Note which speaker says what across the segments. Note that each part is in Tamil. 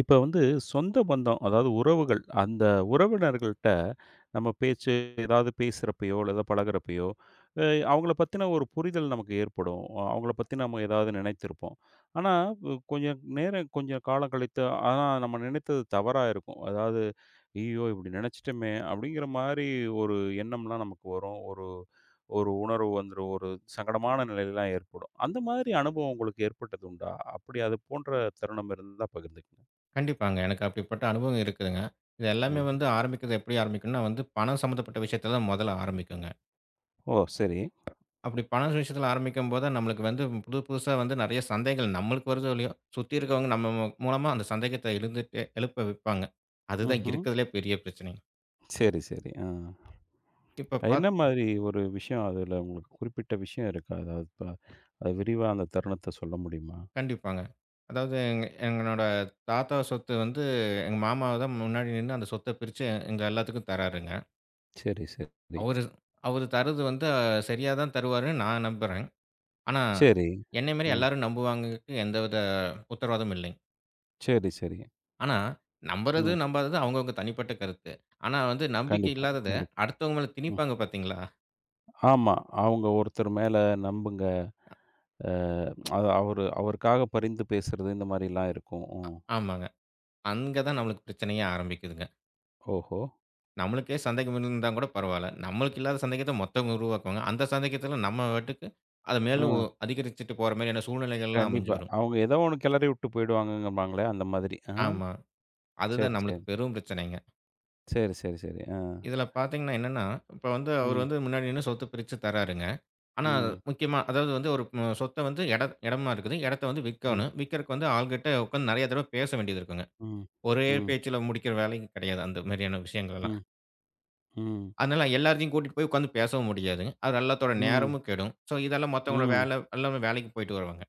Speaker 1: இப்ப வந்து சொந்த பந்தம், அதாவது உறவுகள், அந்த உறவினர்கள்ட்ட நம்ம பேச்சு ஏதாவது பேசுறப்பயோ, இல்ல ஏதாவது பழகுறப்பயோ, அ அவங்கள பத்தின ஒரு புரிதல் நமக்கு ஏற்படும். அவங்கள பத்தி நம்ம ஏதாவது நினைத்திருப்போம். ஆனா, கொஞ்சம் நேரம் கொஞ்சம் காலம் கழித்து, ஆனா நம்ம நினைத்தது தவறா இருக்கும். அதாவது, "ஐயோ! இப்படி நினைச்சிட்டோமே!" அப்படிங்கிற மாரி ஒரு எண்ணம்லாம் நமக்கு வரும். ஒரு ஒரு உணர்வு வந்துரும். ஒரு சங்கடமான நிலைலாம் ஏற்படும். அந்த மாதிரி அனுபவம் உங்களுக்கு ஏற்பட்டது உண்டா? அப்படி அது போன்ற தருணம் இருந்தா பகிர்ந்துக்கங்க.
Speaker 2: கண்டிப்பாங்க. எனக்கு அப்படிப்பட்ட அனுபவம் இருக்குதுங்க. இது எல்லாமே
Speaker 1: ம்.
Speaker 2: வந்து ஆரம்பிக்கிறது எப்படி ஆரம்பிக்கும்னா வந்து பணம் சம்மந்தப்பட்ட விஷயத்துல தான் முதல்ல ஆரம்பிக்குங்க.
Speaker 1: ஓ! சரி.
Speaker 2: அப்படி பணம் விஷயத்துல ஆரம்பிக்கும்போது தான் நம்மளுக்கு வந்து புது புதுசா வந்து நெறைய சந்தேகங்கள் நம்மளுக்கு வருதோ இல்லையோ, சுத்தி இருக்கவங்க நம்ம மூலமா அந்த சந்தேகத்த எழுந்துட்டு எழுப்ப வைப்பாங்க. அதுதான்
Speaker 1: ம்ஹ்ம்.
Speaker 2: இருக்கிறதுலயே பெரிய பிரச்சனைங்க.
Speaker 1: சரி, சரி. ஆ.
Speaker 2: இப்ப
Speaker 1: என்ன
Speaker 2: பாத்
Speaker 1: மாதிரி ஒரு விஷயம் அதுல உங்களுக்கு குறிப்பிட்ட விஷயம் இருக்கா? அதாவது இப்ப அது விரிவா அந்த தருணத்த சொல்ல முடியுமா?
Speaker 2: கண்டிப்பாங்க. அதாவது எங்களோட தாத்தா சொத்து வந்து எங்க மாமாவ தான் முன்னாடி நின்னு அந்த சொத்த பிரிச்சு எங்க எல்லாத்துக்கும் தராருங்க.
Speaker 1: சரி, சரி.
Speaker 2: அவரு அவரு தர்றது வந்து சரியா தான் தருவாருன்னு நான் நம்புறேன். ஆனா,
Speaker 1: சரி.
Speaker 2: என்னை மாரி
Speaker 1: ம்.
Speaker 2: எல்லாரும் நம்புவாங்கக்கு எந்தவித உத்தரவாதமும் இல்லைங்க.
Speaker 1: சரி, சரி.
Speaker 2: ஆனா, நம்புறது,
Speaker 1: ம்.
Speaker 2: நம்பாதது அவங்கவங்க தனிப்பட்ட கருத்து. ஆனா வந்து நம்பிக்கை
Speaker 1: கண்டிப்பா,
Speaker 2: இல்லாதத
Speaker 1: கண்டிப்பா.
Speaker 2: அடுத்தவங்க மேல
Speaker 1: ம்.
Speaker 2: திணிப்பாங்க பார்த்தீங்களா?
Speaker 1: ஆமா. அவங்க ஒருத்தர் மேல நம்புங்க. அ அது அவரு அவருக்காக பரிந்து பேசுறது இந்த மாரிலாம் இருக்கும். ம்.
Speaker 2: ஆமாங்க. அங்க தான் நம்மளுக்கு பிரச்சனையே ஆரம்பிக்குதுங்க.
Speaker 1: ஓஹோ!
Speaker 2: நம்மளுக்கே சந்தேகம் இருந்தா கூட பரவால்ல. நம்மளுக்கு இல்லாத சந்தேகத்த மத்தவங்க உருவாக்குவாங்க. அந்த சந்தேகத்தில நம்ம பாட்டுக்கு அத மேலும் ஒ
Speaker 1: ம்.
Speaker 2: அதிகரிச்சுட்டு போற மாரியான சூழ்நிலைகள்லாம் அமைஞ்சு
Speaker 1: கண்டிப்பா.
Speaker 2: வரும்.
Speaker 1: அவங்க ஏதோ ஒண்ணு கிளறி விட்டு போயிடுவாங்கங்கம்பாங்களே அந்த மாதிரி. ஆ.
Speaker 2: ஆமா. அதுதான்
Speaker 1: சரி, சரி.
Speaker 2: நம்மளுக்கு பெரும் பிரச்சனைங்க.
Speaker 1: சரி, சரி, சரி. ஆ.
Speaker 2: இதில பார்த்தீங்கன்னா என்னன்னா, இப்ப வந்து அவரு
Speaker 1: ம்.
Speaker 2: வந்து முன்னாடி நின்னு சொத்த பிரிச்சு தராருங்க. ஆனா,
Speaker 1: ம்.
Speaker 2: முக்கியமா அதாவது வந்து ஒரு சொத்த வந்து இடமா இருக்குது. இடத்த வந்து
Speaker 1: ம்.
Speaker 2: விக்கணும். விக்கிறதுக்கு வந்து ஆள்கிட்ட உட்கார்ந்து நெறைய தடவ பேச வேண்டியது இருக்குங்க.
Speaker 1: ம்.
Speaker 2: ஒரே
Speaker 1: ம்.
Speaker 2: பேச்சுல முடிக்கிற வேலையும் கிடையாது. அந்த மாதிரியான விஷயங்கள்லாம்.
Speaker 1: ம். ம்.
Speaker 2: அதனால எல்லாத்தையும் கூட்டிட்டு போய் உட்கார்ந்து பேசவும் முடியாதுங்க. அது எல்லாத்தோட
Speaker 1: ம்.
Speaker 2: நேரமும் கெடும். ஸோ, இதெல்லாம் மத்தவங்களோட
Speaker 1: ம்.
Speaker 2: வேலை எல்லாமே வேலைக்கு போயிட்டு வருவாங்க.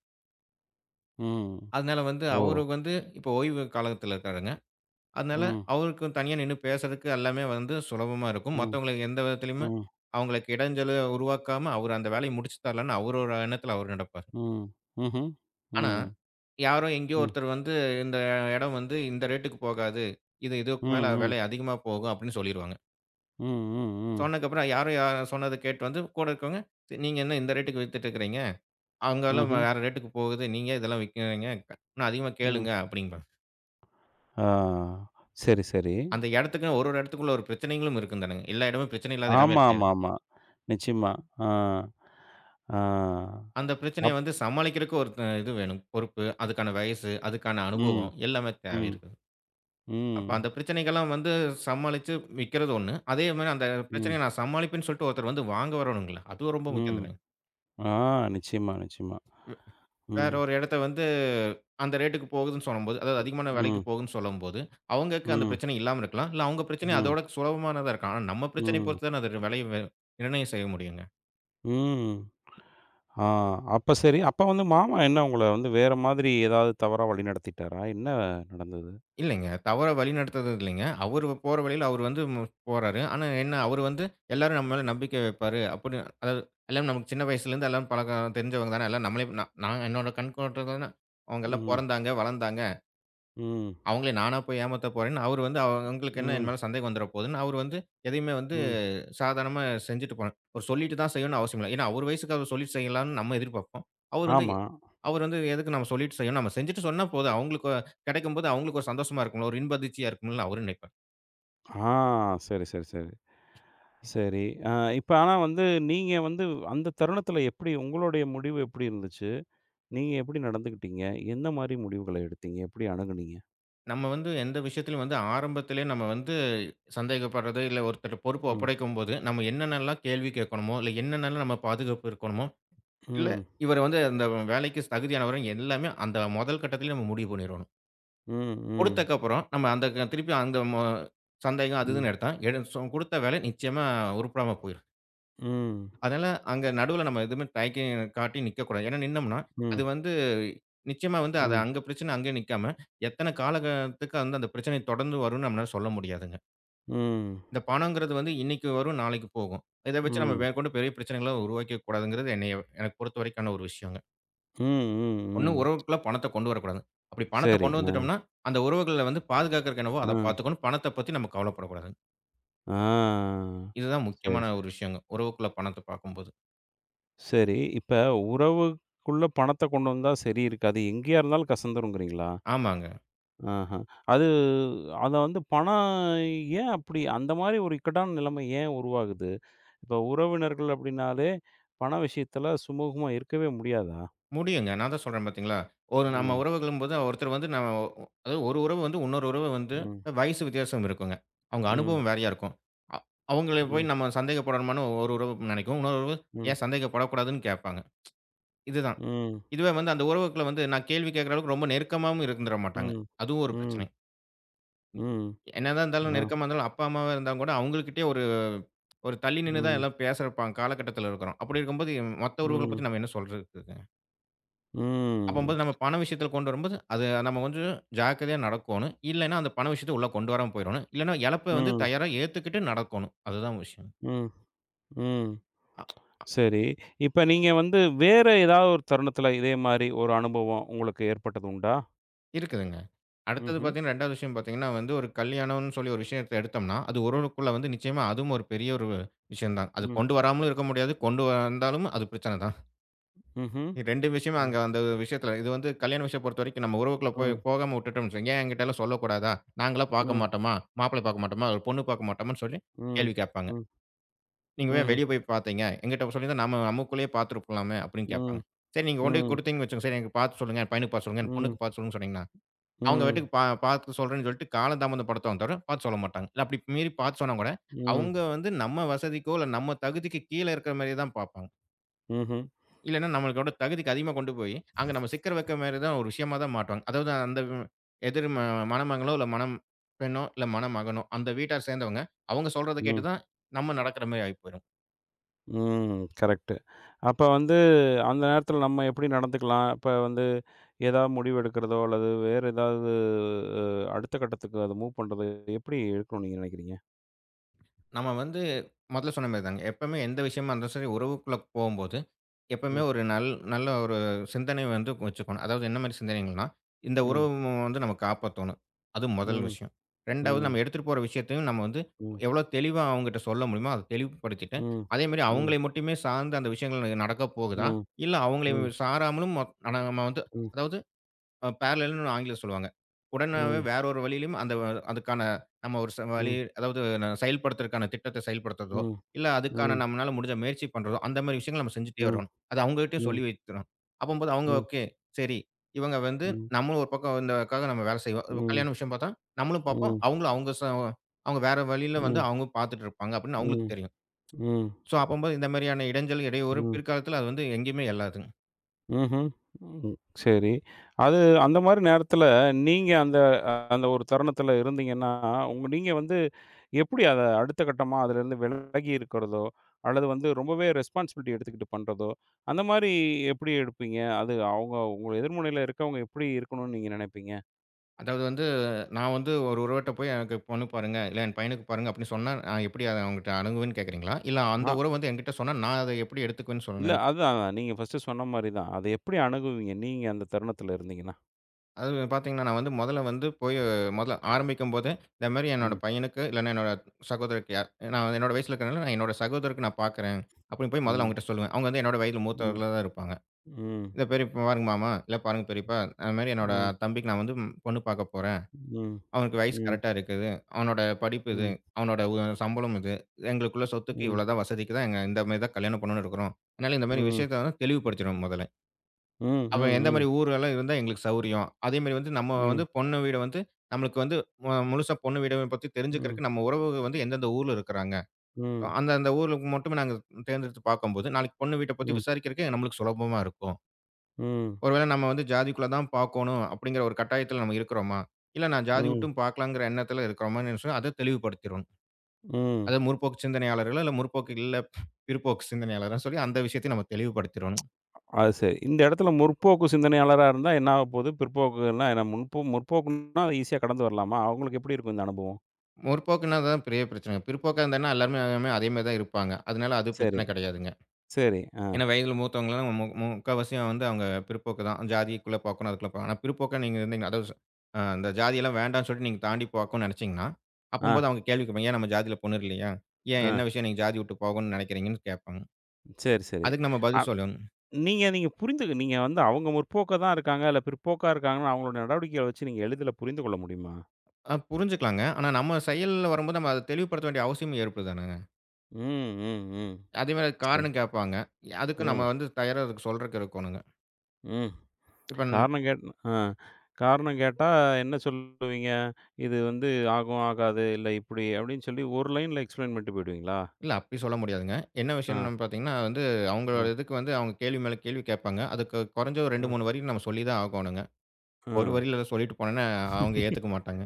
Speaker 1: ம்.
Speaker 2: அதனால வந்து
Speaker 1: ஓ!
Speaker 2: அவரு வந்து இப்போ ஓய்வு காலத்தில இருக்காருங்க. அதனால
Speaker 1: ம்.
Speaker 2: அவருக்கு தனியா நின்னு பேசுறதுக்கு எல்லாமே வந்து சுலபமா இருக்கும்.
Speaker 1: ம்.
Speaker 2: மத்தவங்களுக்கு எந்த விதத்திலயுமே
Speaker 1: ம்.
Speaker 2: அவங்களுக்கு இடைஞ்சல உருவாக்காம, அவரு அந்த வேலைய முடிச்சு தரலான்னு அவரோட எண்ணத்துல அவரு நடப்பாரு.
Speaker 1: ம். ம்ஹ்ம்.
Speaker 2: ஆனா,
Speaker 1: ம்.
Speaker 2: யாரோ எங்கேயோ
Speaker 1: ம்.
Speaker 2: ஒருத்தர் வந்து இந்த இடம் வந்து இந்த ரேட்டுக்கு போகாது. இது
Speaker 1: ம்.
Speaker 2: இதுக்கு மேல
Speaker 1: ம்.
Speaker 2: விலை அதிகமா போகும் அப்படின்னு சொல்லிருவாங்க.
Speaker 1: ம். ம். ம்.
Speaker 2: சொன்னதுக்கப்புறம் யாரோ யார் சொன்னத கேட்டு வந்து கூட இருக்கவங்க, நீங்க என்ன இந்த ரேட்டுக்கு வித்துட்டு இருக்கிறீங்க? அங்கலாம்
Speaker 1: ம்ஹ்ம்.
Speaker 2: வேற ரேட்டுக்கு போகுது. நீங்க இதெல்லாம் விக்கிறீங்க. இன்னும் அதிகமா
Speaker 1: ம்.
Speaker 2: கேளுங்க அப்படிம்பாங்க.
Speaker 1: ஆ. சரி, சரி.
Speaker 2: அந்த இடத்துக்குன்னு ஒரு ஒரு இடத்துக்குள்ள ஒரு பிரச்சனைகளும் இருக்கும் தானுங்க. எல்லா இடமும் பிரச்சனை இல்லாத இடமே
Speaker 1: ஆமா,
Speaker 2: கிடையாது.
Speaker 1: ஆமா, ஆமா. நிச்சயமா. ஆ. ஆ.
Speaker 2: அந்த
Speaker 1: அப்
Speaker 2: பிரச்சனைய வந்து சமாளிக்கிறதுக்கு ஒரு அ இது வேணும். பொறுப்பு, அதுக்கான வயசு, அதுக்கான
Speaker 1: ம்.
Speaker 2: அனுபவம் எல்லாமே தேவை
Speaker 1: ம்.
Speaker 2: இருக்குது. அப்ப
Speaker 1: ம்.
Speaker 2: அந்த பிரச்சனைகள்லாம் வந்து சமாளிச்சு விக்கிறது ஒண்ணு. அதே மாரி அந்த
Speaker 1: ம்.
Speaker 2: பிரச்சனைய நான் சமாளிப்பேன்னு சொல்லிட்டு ஒருத்தர் வந்து வாங்க வரணுங்கள. அதுவும் ரொம்ப முக்கியம்
Speaker 1: ம்.
Speaker 2: தானே.
Speaker 1: ஆ. நிச்சயமா, நிச்சயமா.
Speaker 2: வேற
Speaker 1: ம்.
Speaker 2: ஒரு இடத்த வந்து அந்த ரேட்டுக்கு போகுதுன்னு சொல்லும்போது, அதாவது அதிகமான விலைக்கு
Speaker 1: ம்.
Speaker 2: போகுதுன்னு சொல்லும்போது, அவங்களுக்கு அந்த
Speaker 1: ம்.
Speaker 2: பிரச்சனை இல்லாம இருக்கலாம். இல்ல அவங்க பிரச்சனை
Speaker 1: ம்.
Speaker 2: அதோட சுலபமானதா இருக்கலாம். ஆனா நம்ம பிரச்சனைய
Speaker 1: ம்.
Speaker 2: பொறுத்து தானே அது விலைய நிர்ணயம் செய்ய முடியுங்க.
Speaker 1: ம். ஆ அப்ப சரி. அப்ப வந்து மாமா என்ன உங்கள வந்து வேற மாதிரி ஏதாவது தவறா வழிநடத்திட்டாரா? என்ன நடந்தது?
Speaker 2: இல்லைங்க. தவற வழிநடத்துறது இல்லைங்க. அவரு போற வழியில அவரு வந்து போறாரு. ஆனா என்ன அவரு வந்து எல்லாரும் நம்ம மேல நம்பிக்கை வைப்பாரு. அப்படி அதாவது எல்லாரும் நமக்கு சின்ன வயசுலேருந்து எல்லாரும் பழக்கம் தெரிஞ்சவங்க தானே. எல்லாம் நம்மளே நான் நான் என்னோட கண்ணோட்டத்துல அவங்க எல்லாம்
Speaker 1: ம்.
Speaker 2: பொறந்தாங்க, வளர்ந்தாங்க.
Speaker 1: ம்.
Speaker 2: அவங்களே நானா போய் ஏமாத்த போறேன்னு அவரு வந்து அவங்களுக்கு என்ன என்
Speaker 1: ம்.
Speaker 2: மேல சந்தேகம் வந்துற போகுதுன்னு அவரு வந்து எதையுமே வந்து
Speaker 1: ம்.
Speaker 2: சாதாரணமா செஞ்சுட்டு போனேன். ஒரு சொல்லிட்டு தான் செய்யணும்னு அவசியம் இல்ல. ஏன்னா, அவரு வயசுக்கு அவரு சொல்லிட்டு செய்யலாம்ன்னு நம்ம எதிர்பார்ப்போம். அவரு வந்து
Speaker 1: ஆமா.
Speaker 2: அவரு வந்து எதுக்கு நம்ம சொல்லிட்டு செய்யணும்? நம்ம செஞ்சுட்டு சொன்னா போதும். அவங்களுக்கு கிடைக்கும்போது அவங்களுக்கு ஒரு சந்தோஷமா இருக்கும்ல, ஒரு இன்ப அதிர்ச்சியா இருக்கும்ல அவரும் நினைப்பார்.
Speaker 1: ஆ சரி, சரி, சரி. சரி. அ இப்ப ஆனா வந்து நீங்க வந்து அந்த தருணத்துல எப்படி உங்களுடைய முடிவு எப்படி இருந்துச்சு? நீங்க எப்படி நடந்துக்கிட்டீங்க? எந்த மாரி முடிவுகள எடுத்தீங்க? எப்படி அணுகுனீங்க?
Speaker 2: நம்ம வந்து எந்த விஷயத்திலும் வந்து ஆரம்பத்திலேயே நம்ம வந்து சந்தேகப்படுறது, இல்ல ஒருத்தர்ட்ட பொறுப்ப
Speaker 1: ம்.
Speaker 2: ஒப்படைக்கும்போது, நம்ம என்னென்னலாம் கேள்வி கேட்கணுமோ, இல்ல என்னென்னலாம் நம்ம பாதுகாப்பு இருக்கணுமோ, இல்ல
Speaker 1: ம்.
Speaker 2: இவரு வந்து அந்த வேலைக்கு தகுதியானவரா எல்லாமே அந்த முதல் கட்டத்திலேயே நம்ம முடிவு பண்ணிருவோம்.
Speaker 1: ம். ம்.
Speaker 2: கொடுத்தக்கப்புறம், நம்ம அந்த திருப்பி அங்க சந்தேகம் அது
Speaker 1: ம்.
Speaker 2: இதுன்னு எடுத்தா, எடு சொ குடுத்த வேலை நிச்சயமா உருப்படாம போயிரும்.
Speaker 1: ம்.
Speaker 2: அதனால அங்க நடுவுல நம்ம எதுவுமே தயக்கி காட்டி நிக்கக்கூடாது. ஏன்னா நின்னோம்னா, அது
Speaker 1: ம்.
Speaker 2: வந்து நிச்சயமா வந்து
Speaker 1: ம்.
Speaker 2: அது
Speaker 1: ம்.
Speaker 2: அங்க பிரச்சனை அங்கேயே நிக்காம, எத்தன காலகத்துக்கு வந்து அந்த பிரச்சனை தொடர்ந்து வரும்னு நம்மளால சொல்ல முடியாதுங்க.
Speaker 1: ம்.
Speaker 2: இந்த பணங்கிறது வந்து இன்னைக்கு வரும், நாளைக்கு போகும். இத வச்சு நம்ம
Speaker 1: ம்.
Speaker 2: மேற்கொண்டு பெரிய பிரச்சனைகள உருவாக்கிக்க கூடாதுங்கிறது என்னைய எனக்கு பொறுத்தவரைக்கான ஒரு விஷயங்க.
Speaker 1: ம்.
Speaker 2: ஒண்ணு
Speaker 1: ம்.
Speaker 2: உறவுக்குள்ள பணத்த கொண்டு வரக்கூடாது. அப்படி பணத்த
Speaker 1: சரி.
Speaker 2: கொண்டு வந்துட்டோம்னா, அந்த உறவுகள வந்து பாதுகாக்கறக்கு என்னவோ
Speaker 1: ஆ.
Speaker 2: அத பாத்துக்கணும். பணத்த பத்தி நம்ம கவலைப்படக்கூடாது.
Speaker 1: ஆ.
Speaker 2: இதுதான்
Speaker 1: சரி,
Speaker 2: முக்கியமான
Speaker 1: சரி.
Speaker 2: ஒரு விஷயங்க. உறவுக்குள்ள பணத்த பாக்கும்போது.
Speaker 1: சரி. இப்ப உறவுக்குள்ள பணத்த கொண்டு வந்தா சரி இருக்காது. எங்கேயா இருந்தாலும் கசந்துருங்கிறீங்களா?
Speaker 2: ஆமாங்க.
Speaker 1: ஆஹ. அது அத வந்து பணம் ஏன் அப்படி அந்த மாரி ஒரு இக்கட்டான நிலைமை ஏன் உருவாகுது? இப்ப உறவினர்கள் அப்படின்னாலே, பண விஷயத்துல சுமூகமா இருக்கவே முடியாதா?
Speaker 2: முடியுங்க. நான் தான் சொல்றேன் பாத்தீங்களா? ஒரு நம்ம
Speaker 1: ம்.
Speaker 2: உறவுகளும்போது ஒருத்தர் வந்து நம்ம அதாவது ஒரு உறவு வந்து இன்னொரு உறவு வந்து
Speaker 1: ம்.
Speaker 2: வயசு வித்தியாசம் இருக்குங்க. அவங்க
Speaker 1: ம்.
Speaker 2: அனுபவம் வேறையா இருக்கும். அ அவங்கள
Speaker 1: ம்.
Speaker 2: போய் நம்ம சந்தேகப்படணுமான்னு ஒரு உறவு நெனைக்கும். இன்னொரு உறவு
Speaker 1: ம்.
Speaker 2: ஏன் சந்தேகப்படக்கூடாதுன்னு கேட்பாங்க. இதுதான்.
Speaker 1: ம்.
Speaker 2: இதுவே வந்து அந்த உறவுக்குள்ள வந்து நான் கேள்வி கேட்கற அளவுக்கு ரொம்ப நெருக்கமாவும் இருந்துற மாட்டாங்க.
Speaker 1: ம்.
Speaker 2: அதுவும் ஒரு
Speaker 1: ம்.
Speaker 2: பிரச்சனை.
Speaker 1: ம்.
Speaker 2: என்னதான் இருந்தாலும்
Speaker 1: ஆ.
Speaker 2: நெருக்கமா இருந்தாலும், அப்பா, அம்மாவா இருந்தாலும் கூட அவங்ககிட்டயே ஒரு ஒரு தள்ளி நின்னு தான்
Speaker 1: ம்.
Speaker 2: எல்லாம் பேசுற காலகட்டத்தில இருக்கிறோம். அப்படி இருக்கும்போது மத்த உறவுகள
Speaker 1: ம்.
Speaker 2: பத்தி நம்ம என்ன சொல்றதுக்குங்க?
Speaker 1: ம்.
Speaker 2: அப்பம்போது நம்ம பண விஷயத்தில கொண்டு வரும்போது, அது நம்ம கொஞ்சம் ஜாக்கிரதையா நடக்கோணும். இல்லன்னா அந்த பண விஷயத்த உள்ள கொண்டு வராம போயிரணும். இல்லன்னா இழப்ப வந்து
Speaker 1: ம்.
Speaker 2: தயாரா ஏத்துக்கிட்டு நடக்கோணும். அதுதான் விஷயம்.
Speaker 1: ம். ம்.
Speaker 2: அ
Speaker 1: சரி. இப்ப நீங்க வந்து வேற ஏதாவது ஒரு தருணத்துல இதே மாரி ஒரு அனுபவம் உங்களுக்கு ஏற்பட்டது உண்டா?
Speaker 2: இருக்குதுங்க. அடுத்தது
Speaker 1: ம்ஹ்ம்.
Speaker 2: பார்த்தீங்கன்னா, 2வது விஷயம் பார்த்தீங்கன்னா வந்து, ஒரு கல்யாணம்னு சொல்லி ஒரு விஷயத்த எடுத்தோம்னா, அது உறவுக்குள்ள வந்து நிச்சயமா அதுவும் ஒரு பெரிய ஒரு விஷயம் தான். அது
Speaker 1: ம்.
Speaker 2: கொண்டு வராமலும் இருக்க முடியாது. கொண்டு வந்தாலும் அது பிரச்சனை தான்.
Speaker 1: ம்ஹ்ம்.
Speaker 2: 2 விஷயம்
Speaker 1: ம்.
Speaker 2: அங்க அந்த விஷயத்துல இது வந்து கல்யாண விஷயம் பொறுத்தவரைக்கும் நம்ம உறவுக்குள்ள போய்
Speaker 1: ம்.
Speaker 2: போகாம விட்டுட்டோம்னு வச்சுக்கோங்க. "ஏன் என்கிட்டலாம் சொல்லக்கூடாதா? நாங்களா பார்க்க
Speaker 1: ம்.
Speaker 2: மாட்டோமா? மாப்பிள்ளை பார்க்க மாட்டோமா? ஒரு பொண்ணு பார்க்க மாட்டோமான்னு?" சொல்லி
Speaker 1: ம்.
Speaker 2: கேள்வி கேட்பாங்க.
Speaker 1: ம்.
Speaker 2: "நீங்க ஏன்
Speaker 1: ம்.
Speaker 2: வெளிய போய் பார்த்தீங்க? எங்கிட்ட சொல்லியிருந்தா நம்ம நமக்குள்ளேயே பார்த்துருக்கலாமே!" அப்படின்னு
Speaker 1: ம்.
Speaker 2: கேட்பாங்க. சரி நீங்க கொண்டு போய்
Speaker 1: ம்.
Speaker 2: குடுத்தீங்கன்னு வச்சுக்கோங்க. "சரி எனக்கு பார்த்து சொல்லுங்க. என் பையனுக்கு பார்த்து சொல்லுங்க. என்
Speaker 1: ம்.
Speaker 2: பொண்ணுக்கு பார்த்து சொல்லுங்கன்னு" சொன்னீங்கன்னா, அவங்க
Speaker 1: ம்.
Speaker 2: பாட்டுக்கு பார்த்து சொல்றேன்னு சொல்லிட்டு காலந்தாமதப்படுத்துவாங்க தவிர, பார்த்து சொல்ல மாட்டாங்க. இல்ல அப்படி மீறி பார்த்து சொன்னா கூட,
Speaker 1: ம்.
Speaker 2: அவங்க வந்து நம்ம வசதிக்கோ, இல்ல நம்ம தகுதிக்கு கீழ இருக்கிற மாரியே தான் பார்ப்பாங்க.
Speaker 1: ம்ஹ்ம்.
Speaker 2: இல்லன்னா நம்மளுக்கோட தகுதிக்கு அதிகமா கொண்டு போய், அங்க நம்ம சிக்கற வைக்கிற மாரி தான் ஒரு விஷயமா தான் மாட்டுவாங்க. அதாவது அந்த எதிர் மணமகளோ, இல்ல பெண்ணோ, இல்ல மணமகனோ, அந்த வீட்டார் சேர்ந்தவங்க, அவங்க சொல்றத
Speaker 1: ம்.
Speaker 2: கேட்டு தான் நம்ம நடக்கிற மாரி ஆகி போயிரும்.
Speaker 1: ம். கரெக்ட்டு. அப்ப வந்து அந்த நேரத்துல நம்ம எப்படி நடந்துக்கலாம்? இப்ப வந்து ஏதாவது முடிவு எடுக்கிறதோ, அல்லது வேற ஏதாவது அ அடுத்த கட்டத்துக்கு அத மூவ் பண்றது எப்படி இருக்கணும்னு நீங்க நினைக்கிறீங்க?
Speaker 2: நம்ம வந்து முதல்ல சொன்ன மாரி தாங்க. எப்பவுமே எந்த விஷயமா இருந்தாலும் சரி உறவுக்குள்ள போம்போது எப்பவுமே
Speaker 1: ம்.
Speaker 2: ஒரு நல் நல்ல ஒரு சிந்தனை வந்து வச்சுக்கணும். அதாவது என்ன மாரி சிந்தனைகள்னா, இந்த
Speaker 1: ம்.
Speaker 2: உறவு வந்து நம்ம காப்பாத்தணும். அது முதல்
Speaker 1: ம்.
Speaker 2: விஷயம். 2வது
Speaker 1: ம்.
Speaker 2: நம்ம எடுத்துட்டு போற விஷயத்தையும் நம்ம வந்து
Speaker 1: ம்.
Speaker 2: எவ்வளோ தெளிவா அவங்ககிட்ட சொல்ல முடியுமோ, அத தெளிவுபடுத்திட்டு,
Speaker 1: ம்.
Speaker 2: அதே மாரி
Speaker 1: ம்.
Speaker 2: அவங்களை மட்டுமே சார்ந்து அந்த விஷயங்கள் நடக்கப் போகுதா?
Speaker 1: ம்.
Speaker 2: இல்ல அவங்களை
Speaker 1: ம்.
Speaker 2: சாராமலும் நம்ம வந்து
Speaker 1: ம்.
Speaker 2: அதாவது பேரலல்ன்னு ஆங்கிலத்துல சொல்லுவாங்க. உடனாவே
Speaker 1: ம்.
Speaker 2: வேற ஒரு வழியிலும் அந்த அதுக்கான நம்ம ஒரு ச வழி
Speaker 1: ம்.
Speaker 2: அதாவது செயல்படுத்துறதுக்கான திட்டத்த செயல்படுத்துறதோ,
Speaker 1: ம்.
Speaker 2: இல்ல அதுக்கான
Speaker 1: ம்.
Speaker 2: நம்மனால முடிஞ்ச முயற்சி பண்றதோ, அந்த மாரி விஷயங்கள் நம்ம செஞ்சுட்டே
Speaker 1: ம்.
Speaker 2: வரணும். அது அவங்ககிட்டயும்
Speaker 1: ம்.
Speaker 2: சொல்லி வைக்கணும். அப்பம்போது அவங்க
Speaker 1: ம்.
Speaker 2: ஓகே. சரி, இவங்க வந்து
Speaker 1: ம்.
Speaker 2: நம்மளும் ஒரு பக்கம் இந்தக்காக நம்ம வேலை செய்வோம். இப்ப
Speaker 1: ம்.
Speaker 2: கல்யாண விஷயம் பார்த்தா நம்மளும் பார்ப்போம்.
Speaker 1: ம்.
Speaker 2: அவங்களும் அவங்க வேற வழியில வந்து
Speaker 1: ம்.
Speaker 2: அவங்க பார்த்துட்டு இருப்பாங்க அப்படின்னு
Speaker 1: ம்.
Speaker 2: அவங்களுக்கு தெரியும்.
Speaker 1: ம்.
Speaker 2: ஸோ அப்பம்போது இந்த மாரியான இடைஞ்சல், இடையூறு
Speaker 1: ம்.
Speaker 2: பிற்காலத்துல அது வந்து எங்கேயுமே எழாதுங்க.
Speaker 1: ம்ஹ்ம். ம். சரி. அது அந்த மாரி நேரத்துல நீங்க அந்த அந்த ஒரு தருணத்துல இருந்தீங்கன்னா, நீங்க வந்து எப்படி அத அடுத்த கட்டமா அதுலருந்து விலகி இருக்கிறதோ, அல்லது வந்து ரொம்பவே ரெஸ்பான்சிபிலிட்டி எடுத்துக்கிட்டு பண்றதோ, அந்த மாரி எப்படி எடுப்பீங்க? அது அவங்க உங்க எதிர்முனையில இருக்கவங்க எப்படி இருக்கணும்னு நீங்க நினைப்பீங்க?
Speaker 2: அதாவது வந்து, நான் வந்து ஒரு உறவுட்ட போய் எனக்கு பொண்ணு பாருங்க, இல்ல என் பையனுக்கு பாருங்க அப்படின்னு சொன்னா, நான் எப்படி அத அவங்கட்ட அணுகுவேன்னு கேட்கிறீங்களா? இல்ல அந்த உறவு வந்து என்கிட்ட சொன்னா, நான் அத எப்படி எடுத்துக்குவேன்னு சொல்ல
Speaker 1: இல்ல.
Speaker 2: நினைக்
Speaker 1: அதுதான். நீங்க ஃபர்ஸ்ட்டு சொன்ன மாரி தான். அத எப்படி அணுகுவீங்க? நீங்க அந்த தருணத்துல இருந்தீங்கன்னா?
Speaker 2: அது பார்த்தீங்கன்னா, நான் வந்து முதல்ல வந்து போய் முதல்ல ஆரம்பிக்கும்போதே, இந்த மாரி என்னோட
Speaker 1: ம்.
Speaker 2: பையனுக்கு, இல்லன்னா என்னோட சகோதரருக்கு யார் நான் வந்து என்னோட வயசுல இருக்கிறனால, நான் என்னோட சகோதரருக்கு நான் பார்க்கிறேன். அப்படின்னு போய் முதல்ல
Speaker 1: ம்.
Speaker 2: அவங்கட்ட சொல்லுவேன். அவங்க வந்து என்னோட வயதில
Speaker 1: ம்.
Speaker 2: மூத்தவர்களா தான் இருப்பாங்க.
Speaker 1: ம்.
Speaker 2: "இத பெரியப்பா பாருங்க மாமா, இல்ல பாருங்க பெரியப்பா, அது மாரி என்னோட
Speaker 1: ம்.
Speaker 2: தம்பிக்கு நான் வந்து பொண்ணு பார்க்க போறேன்."
Speaker 1: ம். ம்.
Speaker 2: அவனுக்கு வயசு
Speaker 1: ம்.
Speaker 2: கரெக்ட்டா இருக்குது. அவனோட படிப்பு இது.
Speaker 1: ம்.
Speaker 2: அவனோட உ சம்பளம் இது. எங்களுக்குள்ள சொத்துக்கு
Speaker 1: ம்.
Speaker 2: இவ்வளோதான் வசதிக்கு தான், எங்க இந்த மாரி தான் கல்யாணம் பண்ணணும்னு இருக்கிறோம். அதனால இந்த மாரி
Speaker 1: ம்.
Speaker 2: விஷயத்த வந்து தெளிவுபடுத்திடணும் முதல்ல. அப்ப எந்த
Speaker 1: ம்.
Speaker 2: மாரி ஊரெல்லாம் இருந்தா எங்களுக்கு சௌரியம். அதே மாரி வந்து நம்ம
Speaker 1: ம். ம்.
Speaker 2: வந்து பொண்ணு வீடு வந்து நம்மளுக்கு வந்து முழுசா பொண்ணு வீட பத்தி
Speaker 1: ம்.
Speaker 2: தெரிஞ்சுக்கிறதுக்கு நம்ம உறவு வந்து எந்தெந்த ஊர்ல இருக்கிறாங்க.
Speaker 1: ம்.
Speaker 2: அந்த அந்த ஊருக்கு மட்டுமே நாங்க தேர்ந்தெடுத்து பார்க்கும்போது, நாளைக்கு பொண்ணு வீட்ட பத்தி விசாரிக்கிறதுக்கு நம்மளுக்கு சுலபமா இருக்கும்.
Speaker 1: ம்.
Speaker 2: ஒருவேளை நம்ம வந்து ஜாதிக்குள்ள தான் பார்க்கோணும் அப்படிங்கிற ஒரு கட்டாயத்துல நம்ம இருக்கிறோமா? இல்ல நான் ஜாதி
Speaker 1: ம்.
Speaker 2: விட்டும் பார்க்கலாங்கிற எண்ணத்துல இருக்கிறோமான்னு சொன்னா அத தெளிவுபடுத்திறணும்.
Speaker 1: ம்.
Speaker 2: அத முற்போக்கு சிந்தனையாளர்களோ, இல்ல பிற்போக்கு சிந்தனையாளரான்னு சொல்லி அந்த விஷயத்தையும் நம்ம தெளிவுபடுத்திறணும்.
Speaker 1: அது சரி. இந்த இடத்துல 'முற்போக்கு' சிந்தனையாளரா இருந்தா என்ன ஆகப்போது? பிற்போக்குன்னா என்ன? 'முற்போக்கு'ன்னா ஈஸியா கடந்து வரலாமா? அவங்களுக்கு எப்படி இருக்கும் இந்த அனுபவம்?
Speaker 2: முற்போக்குன்னா தான் பெரிய பிரச்சனை. பிற்போக்கா இருந்தான்னா எல்லாருமே எல்லாமே அதே மாரி தான் இருப்பாங்க. அதனால அது
Speaker 1: சரி,
Speaker 2: பிரச்சனை கிடையாதுங்க.
Speaker 1: சரி. ஆ.
Speaker 2: ஏன்னா வயதில மூத்தவங்கலாம் மு மு- முக்காவாசியும் வந்து அவங்க பிற்போக்கு தான். ஜாதிக்குள்ள பாக்கணும், அதுக்குள்ள பாக்கணும். ஆனா பிற்போக்கா நீங்க இருந்தீங்க. அதாவது ஸ் அ அந்த ஜாதியெல்லாம் வேண்டான்னு சொல்லிட்டு நீங்க தாண்டி போக்கணும்னு நெனச்சீங்கன்னா, அப்பம்போது
Speaker 1: ஆ.
Speaker 2: அவங்க கேள்வி கேட்பாங்க. "ஏன் நம்ம ஜாதியில பொண்ணு இல்லையா?
Speaker 1: ஆ.
Speaker 2: என்ன விஷயம் நீங்க ஜாதி விட்டு போகணும்னு நெனைக்கிறீங்கன்னு?" கேட்பாங்க.
Speaker 1: சரி, சரி.
Speaker 2: அதுக்கு நம்ம பதில் சொல்லணும்.
Speaker 1: நீங்க நீங்க புரிந்து நீங்க வந்து அவங்க முற்போக்கா தான் இருக்காங்க, இல்ல பிற்போக்கா இருக்காங்கன்னு அவங்களோட நடவடிக்கைகள வச்சு நீங்க எளிதில புரிந்து கொள்ள முடியுமா?
Speaker 2: புரிஞ்சுக்கலாங்க. ஆனா நம்ம செயல்ல வரும்போது நம்ம அத தெளிவுபடுத்த வேண்டிய அவசியம் ஏற்படுது தானங்க.
Speaker 1: ம், ம், ம்.
Speaker 2: அதேமாரி அதுக்கு
Speaker 1: சரி.
Speaker 2: காரணம் கேட்பாங்க. அதுக்கு
Speaker 1: ம்,
Speaker 2: நம்ம வந்து தயாரா அதுக்கு சொல்றதுக்கு இருக்கணுங்க.
Speaker 1: ம்.
Speaker 2: இப்ப
Speaker 1: காரணம் கேட் ஆ. காரணம் கேட்டா என்ன சொல்லுவீங்க? இது வந்து ஆகும், ஆகாது, இல்ல இப்படி அப்படின்னு சொல்லி ஒரு லைன்ல எக்ஸ்ப்ளைன் பண்ணிட்டு போயிடுவீங்களா?
Speaker 2: இல்ல அப்படி சொல்ல முடியாதுங்க. என்ன
Speaker 1: ஆ,
Speaker 2: விஷயம்னு பார்த்தீங்கன்னா, வந்து
Speaker 1: ஆ,
Speaker 2: அவங்களோட இதுக்கு வந்து அவங்க கேள்வி மேல கேள்வி கேட்பாங்க. அதுக்கு குறைஞ்ச ஒரு 2,
Speaker 1: ஆ,
Speaker 2: 3 வரி நம்ம சொல்லி தான் ஆகணுங்க.
Speaker 1: ஆ.
Speaker 2: ஒரு வரியில எதாவது சொல்லிட்டு போனேன்னா, அவங்க ஏத்துக்க மாட்டாங்க.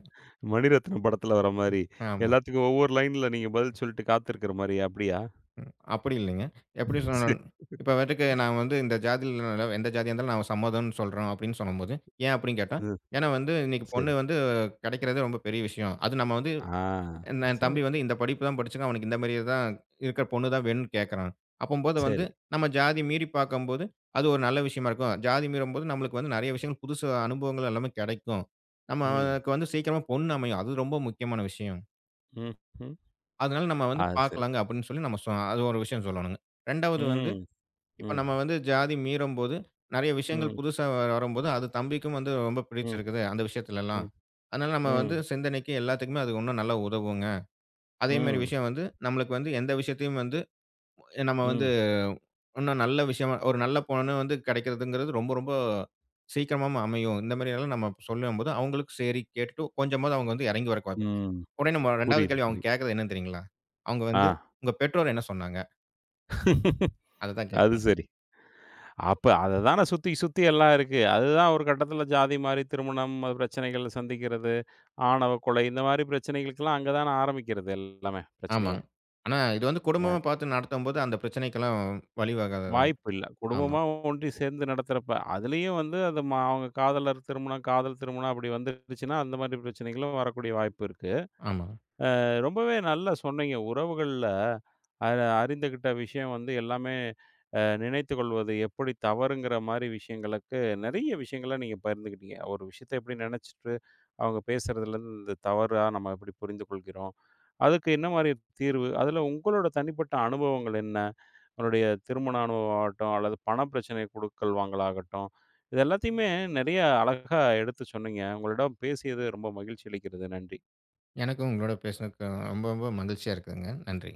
Speaker 1: மணிரத்னம் படத்துல வர மாரி.
Speaker 2: ஆமா.
Speaker 1: எல்லாத்துக்கும் ஒவ்வொரு லைன்ல நீங்க பதில் சொல்லிட்டு காத்திருக்கிற மாரி அப்படியா?
Speaker 2: அப்படி இல்லைங்க. எப்படி
Speaker 1: சரி.
Speaker 2: சொன்னன் இப்ப வந்துட்டு நான் வந்து இந்த ஜாதியில எந்த ஜாதியா இருந்தாலும் நான் சம்மதம்னு சொல்றோம் அப்படின்னு சொல்லும்போது, ஏன் அப்படின்னு கேட்டா,
Speaker 1: ம்.
Speaker 2: ஏன்னா வந்து இன்னைக்கு
Speaker 1: சரி.
Speaker 2: பொண்ணு வந்து கிடைக்கிறது ரொம்ப பெரிய விஷயம். அது நம்ம வந்து
Speaker 1: ஆ.
Speaker 2: என்
Speaker 1: சரி,
Speaker 2: தம்பி வந்து இந்த படிப்பு தான் படிச்சுருக்கான். அவனுக்கு இந்த மாரி தான் இருக்கிற பொண்ணு தான் வேணும்னு கேட்கறான். அப்பம்போது வந்து
Speaker 1: சரி.
Speaker 2: நம்ம ஜாதி மீறி பார்க்கும்போது, அது ஒரு நல்ல விஷயமா இருக்கும். ஜாதி மீறும்போது நம்மளுக்கு வந்து நெறைய விஷயங்கள் புதுசு அனுபவங்கள் எல்லாமே கிடைக்கும்.
Speaker 1: ம்.
Speaker 2: நமக்கு வந்து சீக்கிரமா பொண்ணு அமையும். அது ரொம்ப முக்கியமான விஷயம்.
Speaker 1: ம்ஹ்ம்.
Speaker 2: அதனால நம்ம வந்து
Speaker 1: அது சரி.
Speaker 2: பார்க்கலாங்க அப்படின்னு சொல்லி நம்ம அது ஒரு விஷயம் சொல்லணுங்க. 2வது வந்து
Speaker 1: ம்.
Speaker 2: இப்ப
Speaker 1: ம்.
Speaker 2: நம்ம வந்து ஜாதி மீறும்போது, நெறைய விஷயங்கள்
Speaker 1: ம்.
Speaker 2: புதுசா வரும்போது, அது தம்பிக்கும் வந்து ரொம்ப
Speaker 1: ம்.
Speaker 2: பிடிச்சிருக்குது அந்த விஷயத்துலலாம்.
Speaker 1: ம்.
Speaker 2: அதனால நம்ம
Speaker 1: ம்.
Speaker 2: வந்து சிந்தனைக்கு எல்லாத்துக்குமே அது இன்னும் நல்லா உதவுங்க. அதே மாரி
Speaker 1: ம்.
Speaker 2: விஷயம் வந்து, நம்மளுக்கு வந்து எந்த விஷயத்தையும் வந்து நம்ம வந்து
Speaker 1: ம்.
Speaker 2: இன்னும் நல்ல விஷயமா ஒரு நல்ல பொண்ணு வந்து கிடைக்கிறதுங்கிறது ரொம்ப, ரொம்ப சீக்கிரமா அமையும். இந்த மாரியெல்லாம் நம்ம சொல்லும்போது, அவங்களுக்கு சரி கேட்டுட்டு கொஞ்சமாவது அவங்க வந்து இறங்கி வரக்கு வாய்ப்பு.
Speaker 1: ம்.
Speaker 2: உடனே நம்ம 2வது
Speaker 1: புரியுது,
Speaker 2: கேள்வி அவங்க
Speaker 1: புரியுது.
Speaker 2: கேட்கறது என்னன்னு தெரியுங்களா? அவங்க
Speaker 1: ஆ.
Speaker 2: வந்து "உங்க பெற்றோர் என்ன சொன்னாங்க?" அததான்
Speaker 1: அது
Speaker 2: கேட்பாங்க.
Speaker 1: சரி. அப்ப அத தான சுத்தி சுத்தி எல்லாம் இருக்கு. அதுதான் ஒரு கட்டத்தில ஜாதி மாறி திருமணம், அது பிரச்சனைகள சந்திக்கிறது, ஆணவ கொலை இந்த மாரி பிரச்சனைகளுக்கெல்லாம் அங்க தான ஆரம்பிக்கிறது எல்லாமே பிரச்சனையே.
Speaker 2: ஆமாங்க. ஆனா இது வந்து
Speaker 1: அ
Speaker 2: குடும்பமா பார்த்து நடத்தும்போது அந்த பிரச்சனைக்கெல்லாம் வழிவகாது.
Speaker 1: வாய்ப்பு இல்ல.
Speaker 2: ஆமா,
Speaker 1: குடும்பமா ஒன்றி சேர்ந்து நடத்துறப்ப, அதுலயும் வந்து அது ம அவங்க காதலர் திருமணம், காதல் திருமணம் அப்படி வந்துருச்சுன்னா, அந்த மாரி பிரச்சனைகளும் வரக்கூடிய வாய்ப்பு இருக்கு.
Speaker 2: ஆமா.
Speaker 1: ரொம்பவே நல்லா சொன்னீங்க. உறவுகள்ல அ அறிந்துகிட்ட விஷயம் வந்து எல்லாமே நினைத்துக்கொள்வது எப்படி தவறுங்கிற மாரி விஷயங்களுக்கு நெறைய விஷயங்கள நீங்க பகிர்ந்துக்கிட்டீங்க. ஒரு விஷயத்த எப்படி நெனச்சுட்டு அவங்க பேசுறதுலேருந்து இந்த தவறா நம்ம எப்படி புரிந்து கொள்கிறோம்? அதுக்கு என்ன மாரி தீர்வு? அதில உங்களோட தனிப்பட்ட அனுபவங்கள் என்ன? உங்களுடைய திருமண அனுபவம் ஆகட்டும், அல்லது பண பிரச்சனை குடுக்கல் வாங்கலாகட்டும். இது எல்லாத்தையுமே நெறைய அழகா எடுத்து சொன்னீங்க. உங்களிடம் பேசியது ரொம்ப மகிழ்ச்சி அளிக்கிறது. நன்றி.
Speaker 2: எனக்கும் உங்களோட பேசினதுக்கு ரொம்ப, ரொம்ப மகிழ்ச்சியா இருக்குதுங்க. நன்றி.